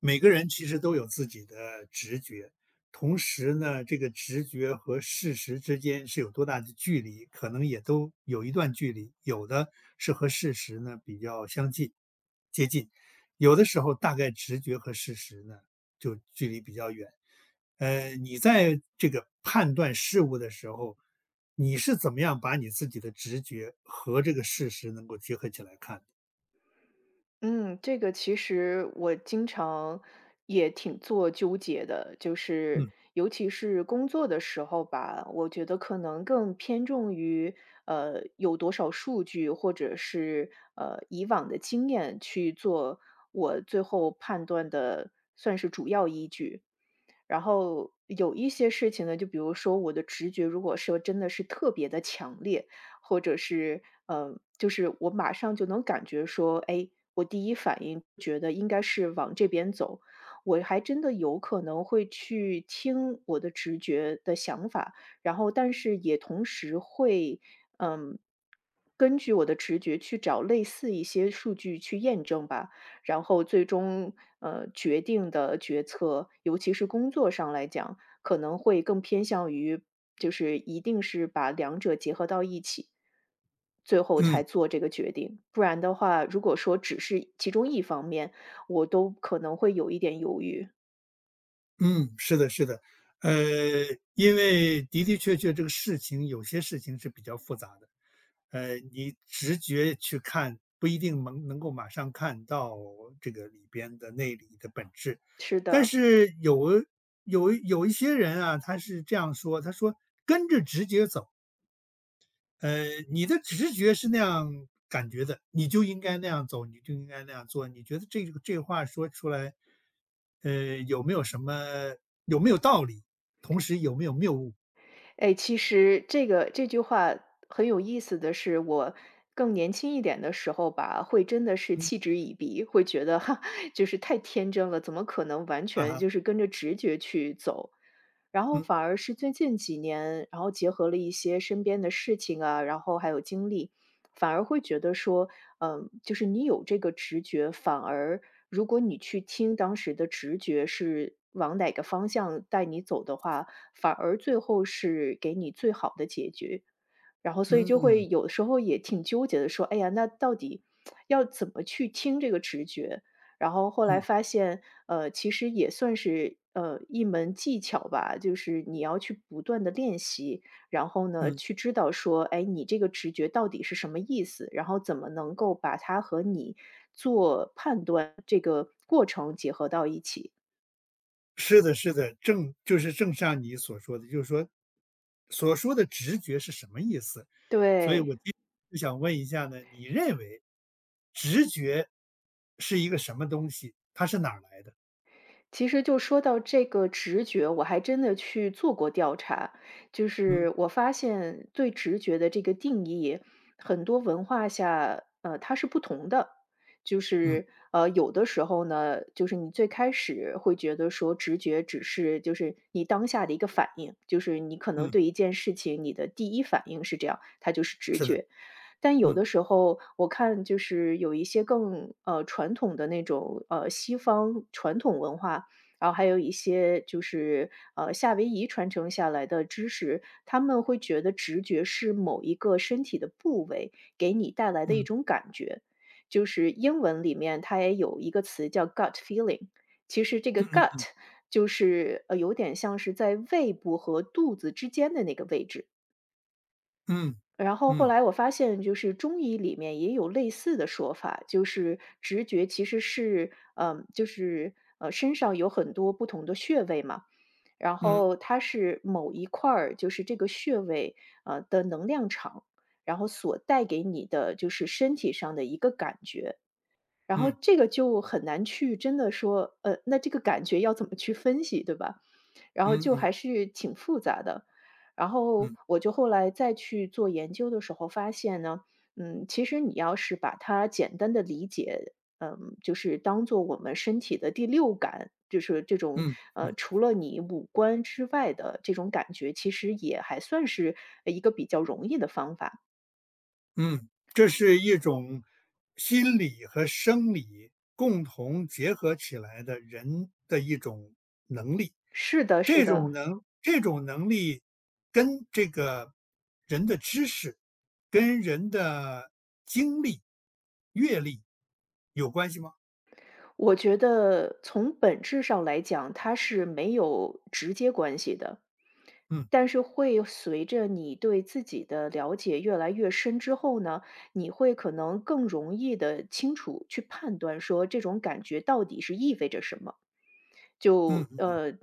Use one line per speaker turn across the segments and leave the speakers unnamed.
每个人其实都有自己的直觉，同时呢，这个直觉和事实之间是有多大的距离，可能也都有一段距离。有的是和事实呢比较相近、接近，有的时候大概直觉和事实呢就距离比较远。你在这个判断事物的时候，你是怎么样把你自己的直觉和这个事实能够结合起来看的？
嗯，这个其实我经常也挺做纠结的，就是尤其是工作的时候吧，我觉得可能更偏重于有多少数据，或者是以往的经验去做我最后判断的算是主要依据。然后有一些事情呢，就比如说我的直觉，如果说真的是特别的强烈，或者是嗯，就是我马上就能感觉说，哎，我第一反应觉得应该是往这边走，我还真的有可能会去听我的直觉的想法，然后但是也同时会，嗯，根据我的直觉去找类似一些数据去验证吧，然后最终决定的决策，尤其是工作上来讲，可能会更偏向于就是一定是把两者结合到一起，最后
嗯
才做这个决定。不然的话，如果说只是其中一方面，我都可能会有一点犹豫。
嗯，是的，是的，呃，因为的的确确这个事情有些事情是比较复杂的，你直觉去看不一定能够马上看到这个里边的内里的本质，
是
但
的。
是有一些人啊，他是这样说，他说跟着直觉走，呃，你的直觉是那样感觉的，你就应该那样走，你就应该那样做。你觉得这话说出来，呃，有没有什么有没有道理？同时有没有谬误？
哎，其实这个这句话很有意思的是，我更年轻一点的时候吧，会真的是
嗯，
嗤之以鼻，会觉得哈，就是太天真了，怎么可能完
啊
全
哈，
就是跟着直觉去走？然后
嗯
反而是最近几年，然后结合了一些身边的事情啊，然后还有经历，反而会觉得说，嗯，就是你有这个直觉，反而如果你去听当时的直觉是往哪个方向带你走的话，反而最后是给你最好的解决。然后所以
嗯
就
嗯
会有时候也挺纠结的，说：“哎呀，那到底要怎么去听这个直觉？”然后后来
嗯，
发现，其实也算是，一门技巧吧，就是你要去不断的练习，然后呢，
嗯，
去知道说，哎，你这个直觉到底是什么意思，然后怎么能够把它和你做判断这个过程结合到一起。
是的，是的，正就是正像你所说的，就是说所说的直觉是什么意思？所以
对。
我就想问一下呢，你认为直觉是一个什么东西？它是哪儿来的？
其实就说到这个直觉，我还真的去做过调查，就
嗯
是我发现对直觉的这个定义，很多文化下，它是不同的。就
嗯。
是，有的时候呢，就是你最开始会觉得说直觉只是就是你当下的一个反应，就是你可能
嗯，
对一件事情你的第一反应是这样，它就是直
是的，
觉。但有
嗯，
的时候我看就是有一些更，传统的那种，西方传统文化，然后还有一些就是，夏威夷传承下来的知识，他们会觉得直觉是某一个身体的部位给你带来的一
嗯，
种感觉。就是英文里面它也有一个词叫 gut feeling，其实这个
嗯
gut
嗯
就是，有点像是在胃部和肚子之间的那个位置。
嗯，
然后后
嗯，
来我发现，就是中医里面也有类似的说法，就是直觉其实是，嗯，就是身上有很多不同的穴位嘛，然
嗯，
后它是某一块儿，就是这个穴位的能量场，然后所带给你的就是身体上的一个感觉，然后
嗯，
这个就很难去真的说，那这个感觉要怎么去分析，对吧？然后
嗯，
就
嗯，
还是挺复杂的。然后
嗯，
我就后来再去做研究的时候发现呢，嗯，其实你要是把它简单的理解，嗯，就是当做我们身体的第六感，就是这种，
嗯，嗯，
除了你五官之外的这种感觉，其实也还算是一个比较容易的方法。
嗯，这是一种心理和生理共同结合起来的人的一种能力。
是的是的，
这种能力跟这个人的知识、跟人的经历、阅历有关系吗？
我觉得从本质上来讲，它是没有直接关系的。
嗯，
但是会随着你对自己的了解越来越深之后呢，你会可能更容易的清楚去判断说这种感觉到底是意味着什么。
嗯，
就，
嗯，
嗯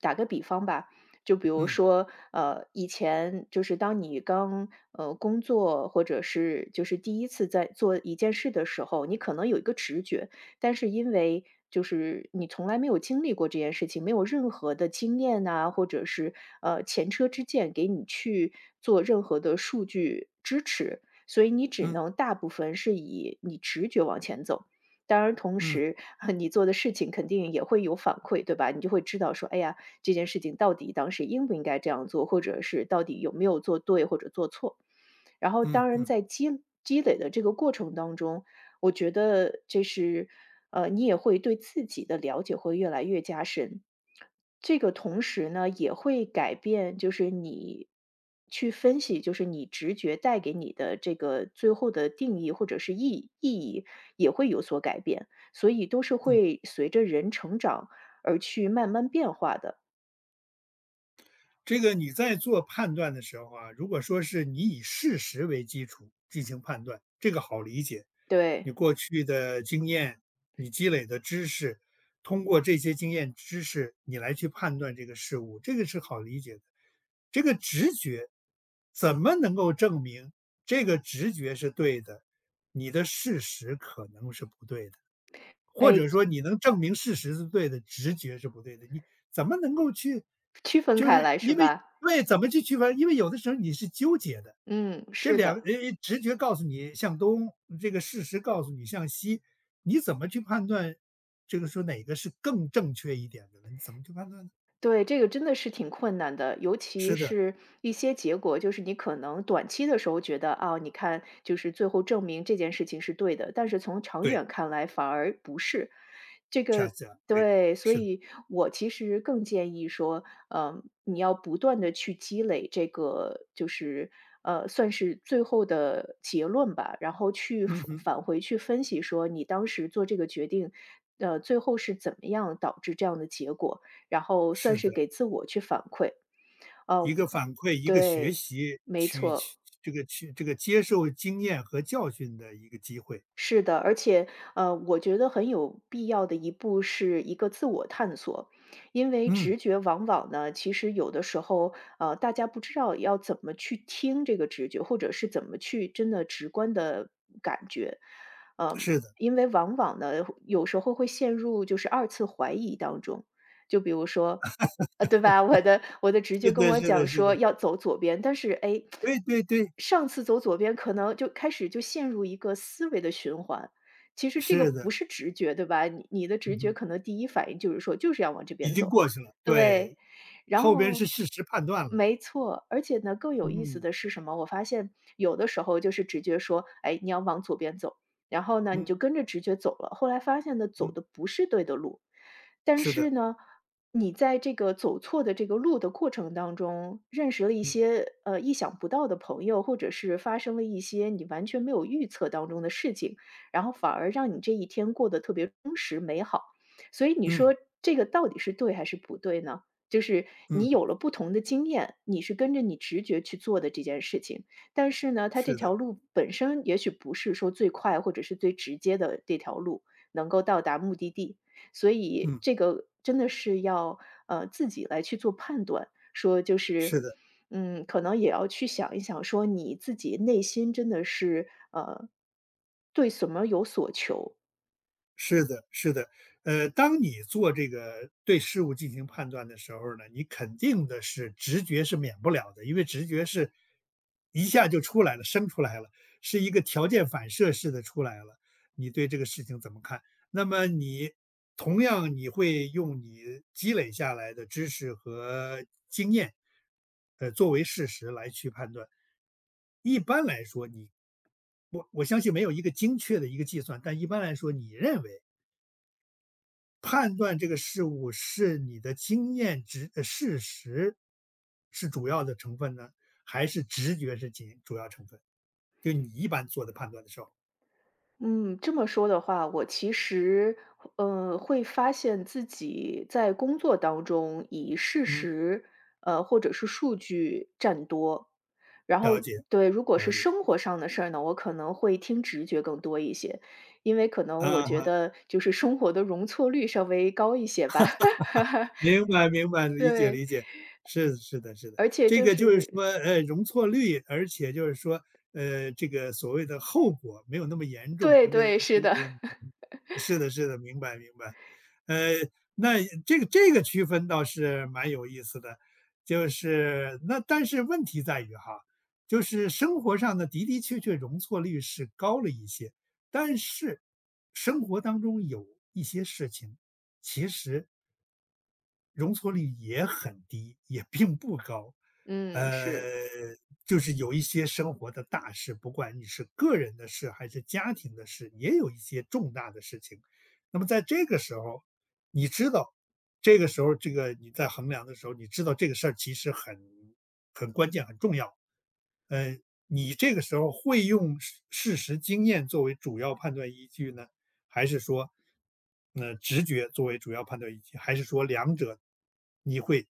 打个比方吧，就比如
嗯，
说，以前就是当你刚工作或者是就是第一次在做一件事的时候，你可能有一个直觉，但是因为就是你从来没有经历过这件事情，没有任何的经验呐、或者是前车之鉴给你去做任何的数据支持，所以你只
嗯，
能大部分是以你直觉往前走。当然同
嗯，嗯，
时 你做的事情肯定也会有反馈，对吧？你就会知道说，哎呀，这件事情到底当时应不应该这样做，或者是到底有没有做对或者做错。然后
嗯
当然
嗯。
在积累的这个过程当中，我觉得这是，你也会对自己的了解会越来越加深。这个同时呢，也会改变，就是你去分析，就是你直觉带给你的这个最后的定义或者是意义也会有所改变，所以都是会随着人成长而去慢慢变化的。
这个你在做判断的时候啊，如果说是你以事实为基础进行判断，这个好理解。
对，
你过去的经验，你积累的知识，通过这些经验知识，你来去判断这个事物，这个是好理解的。这个直觉怎么能够证明这个直觉是对的？你的事实可能是不对的。或
哎，
者说你能证明事实是对的，直觉是不对的，你怎么能够去
区分
就
开
是
来是
因为
吧？
对，怎么去区分？因为有的时候你是纠结的，
嗯，是的。
直觉告诉你向东，这个事实告诉你向西，你怎么去判断这个说哪个是更正确一点的呢？你怎么去判断呢？
对，这个真的是挺困难的，尤其
是的，
是一些结果，就是你可能短期的时候觉得啊，你看，就是最后证明这件事情是对的，但是从长
对，
远看来反而不是。这
恰
个
恰对，
对，所
是的，
以我其实更建议说，嗯，你要不断的去积累这个，就是，算是最后的结论吧，然后去
嗯
返
哼，
返回去分析说，你当时做这个决定，最后是怎么样导致这样的结果。然后算
是的，
是给自我去反馈。
一
哦，
个反馈，一个学
对，
习，
没错，
这个接受经验和教训的一个机会，
是的，而且，我觉得很有必要的一步是一个自我探索，因为
嗯。
直觉往往呢，其实有的时候，大家不知道要怎么去听这个直觉，或者是怎么去真的直观的感觉，呃，
是的，
因为往往呢，有时候会陷入就是二次怀疑当中，就比如说，对吧？我的直
是
觉跟
的，
我
是的，
讲
是
说
的，
要走左边，但是哎，诶
对对对，
上次走左边可能就开始就陷入一个思维的循环。其实这个
是
不
的，
是直觉，对吧？你的直
嗯
觉
哼，
可能第一反应就是说就是要往这
已
边
经
走，
过去了，对，
对。然
后边是
后
事实判断了，
没错，而且呢，更有意思
嗯
的是什么？我发现有的时候就是直觉说，哎，你要往左边走，然后呢，你
嗯
就跟着直觉走了。后来发现呢，走
嗯，
的不是对的路，但
是的，
是呢。你在这个走错的这个路的过程当中，认识了一
嗯
些意想不到的朋友，或者是发生了一些你完全没有预测当中的事情，然后反而让你这一天过得特别充实美好。所以你
嗯
说这个到底是对还是不对呢？就是
嗯，
你有了不同的经验，你是跟着你直觉去做的这件事情，但是呢，它这
是的，
条路本身也许不是说最快或者是最直接的这条路能够到达目的地，所以
嗯，
这个真的是要，自己来去做判断，说就是，
是的，
嗯，可能也要去想一想，说你自己内心真的是，对什么有所求。
是的，是的，当你做这个对事物进行判断的时候呢，你肯定的是直觉是免不了的，因为直觉是一下就出来了，生出来了，是一个条件反射式的出来了，你对这个事情怎么看？那么你同样会用你积累下来的知识和经验，作为事实来去判断。一般来说，你我相信没有一个精确的一个计算，但一般来说，你认为判断这个事物是你的经验值、事实是主要的成分呢，还是直觉是仅主要成分？就你一般做的判断的时候，
嗯，这么说的话，我其实，会发现自己在工作当中以事
嗯，
实，或者是数据占多。然后
了解，
对，如果
了
是
解
生活上的事儿呢，我可能会听直觉更多一些，因为可能我觉
啊。
得就是生活的容错率稍微高一些吧。
明白明白，理解
对，
理解，是的是的是的，
而且就是
容错率，而且就是说，这个所谓的后果没有那么严重，
对对，是的，
嗯，是的是的，明白明白，呃，那这个区分倒是蛮有意思的，就是那但是问题在于哈，就是生活上的的的确确容错率是高了一些，但是生活当中有一些事情，其实容错率也很低，也并不高。
嗯，
呃，
是。
就是有一些生活的大事，不管你是个人的事还是家庭的事，也有一些重大的事情。那么在这个时候，你知道，这个时候你在衡量的时候，你知道这个事儿其实很关键、很重要。呃，你这个时候会用事实经验作为主要判断依据呢，还是说，那直觉作为主要判断依据，还是说两者你会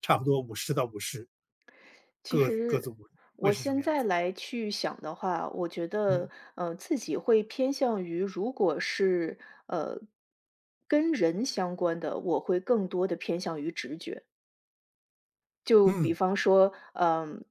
差不多50-50，
其
各自
实
五，会
我
是什么
现
样
在
子？
来去想的话，我觉得，
嗯，
自己会偏向于如果是，呃，跟人相关的，我会更多的偏向于直觉。就
嗯，
比方说，嗯，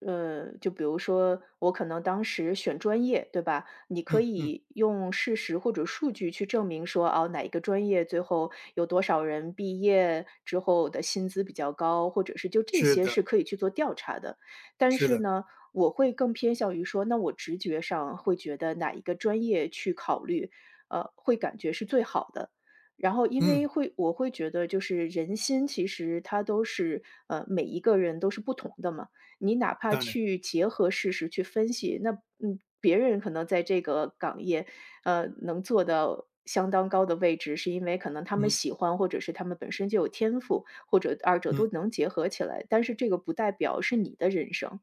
就比如说我可能当时选专业，对吧？你可
嗯，嗯，
以用事实或者数据去证明说，哦，哪一个专业最后有多少人毕业之后的薪资比较高，或者是就这
是
些
的，
是可以去做调查的。但
是
是
的，
呢，我会更偏向于说，那我直觉上会觉得哪一个专业去考虑，会感觉是最好的。然后因
嗯，
为会我会觉得就是人心其实它都是，每一个人都是不同的嘛，你哪怕
当然，
去结合事实去分析，那嗯，别人可能在这个岗业，能做到相当高的位置，是因为可能他们
嗯，
喜欢，或者是他们本身就有天赋，或者二者都
嗯，
能结合起来，但是这个不代表是你的人生。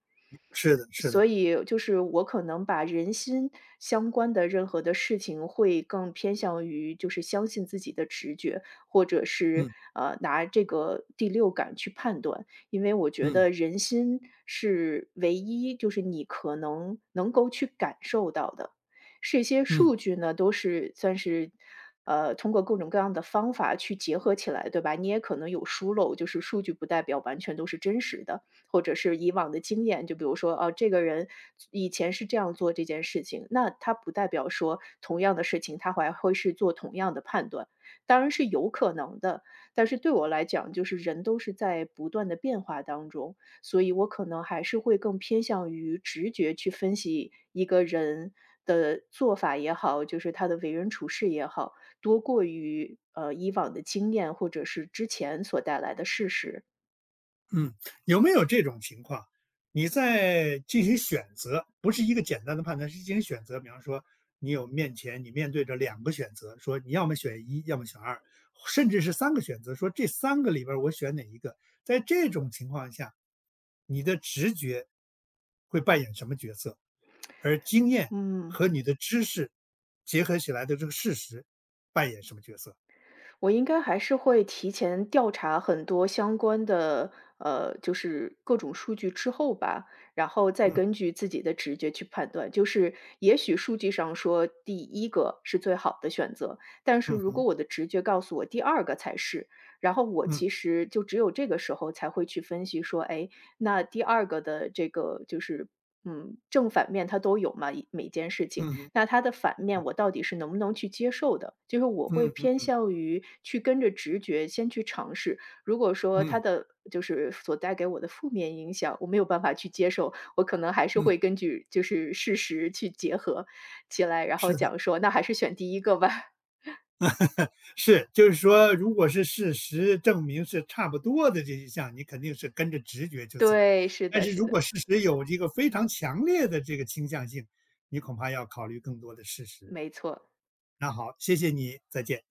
是的，是的，
所以就是我可能把人心相关的任何的事情，会更偏向于就是相信自己的直觉，或者是
嗯，
拿这个第六感去判断，因为我觉
嗯，
得人心是唯一，就是你可能能够去感受到的。这些
嗯。
数据呢，都是算是，通过各种各样的方法去结合起来，对吧？你也可能有疏漏，就是数据不代表完全都是真实的。或者是以往的经验，就比如说，啊，这个人以前是这样做这件事情，那他不代表说同样的事情他还会是做同样的判断，当然是有可能的。但是对我来讲，就是人都是在不断的变化当中，所以我可能还是会更偏向于直觉去分析一个人的做法也好，就是他的为人处事也好，多过于以往的经验或者是之前所带来的事实。
嗯，有没有这种情况？你在进行选择，不是一个简单的判断，是进行选择。比方说，你面对着两个选择，说你要么选一，要么选二，甚至是三个选择，说这三个里边儿我选哪一个？在这种情况下，你的直觉会扮演什么角色？而经验
嗯。
和你的知识结合起来的这个事实扮演什么角色？
我应该还是会提前调查很多相关的，就是各种数据之后吧，然后再
嗯，
根据自己的直觉去判断。就是也许数据上说第一个是最好的选择，但是
嗯
如果
哼，
我的直觉告诉我第二个才是，然后我
嗯，
其实就只有这个时候才会去分析说，哎，那第二个的这个就是，嗯，正反面它都有嘛，一每件事情。
嗯哼，
那它的反面，我到底是能不能去接受的？就是我会
嗯
偏
嗯
向于去跟着直觉先去尝试。如果说
嗯
它的就是所带给我的负面影响，我没有办法去接受，我可能还是
嗯，
会根据就是事实去结合起来，然后
是的。
讲说那还是选第一个吧。
是，就是说，如果是事实证明是差不多的这一项，你肯定是跟着直觉就走。
对，是
但
的，
是
是
如
的，
果事实有这个非常强烈的这个倾向性，你恐怕要考虑更多的事实。
没错。
那好，谢谢你，再见。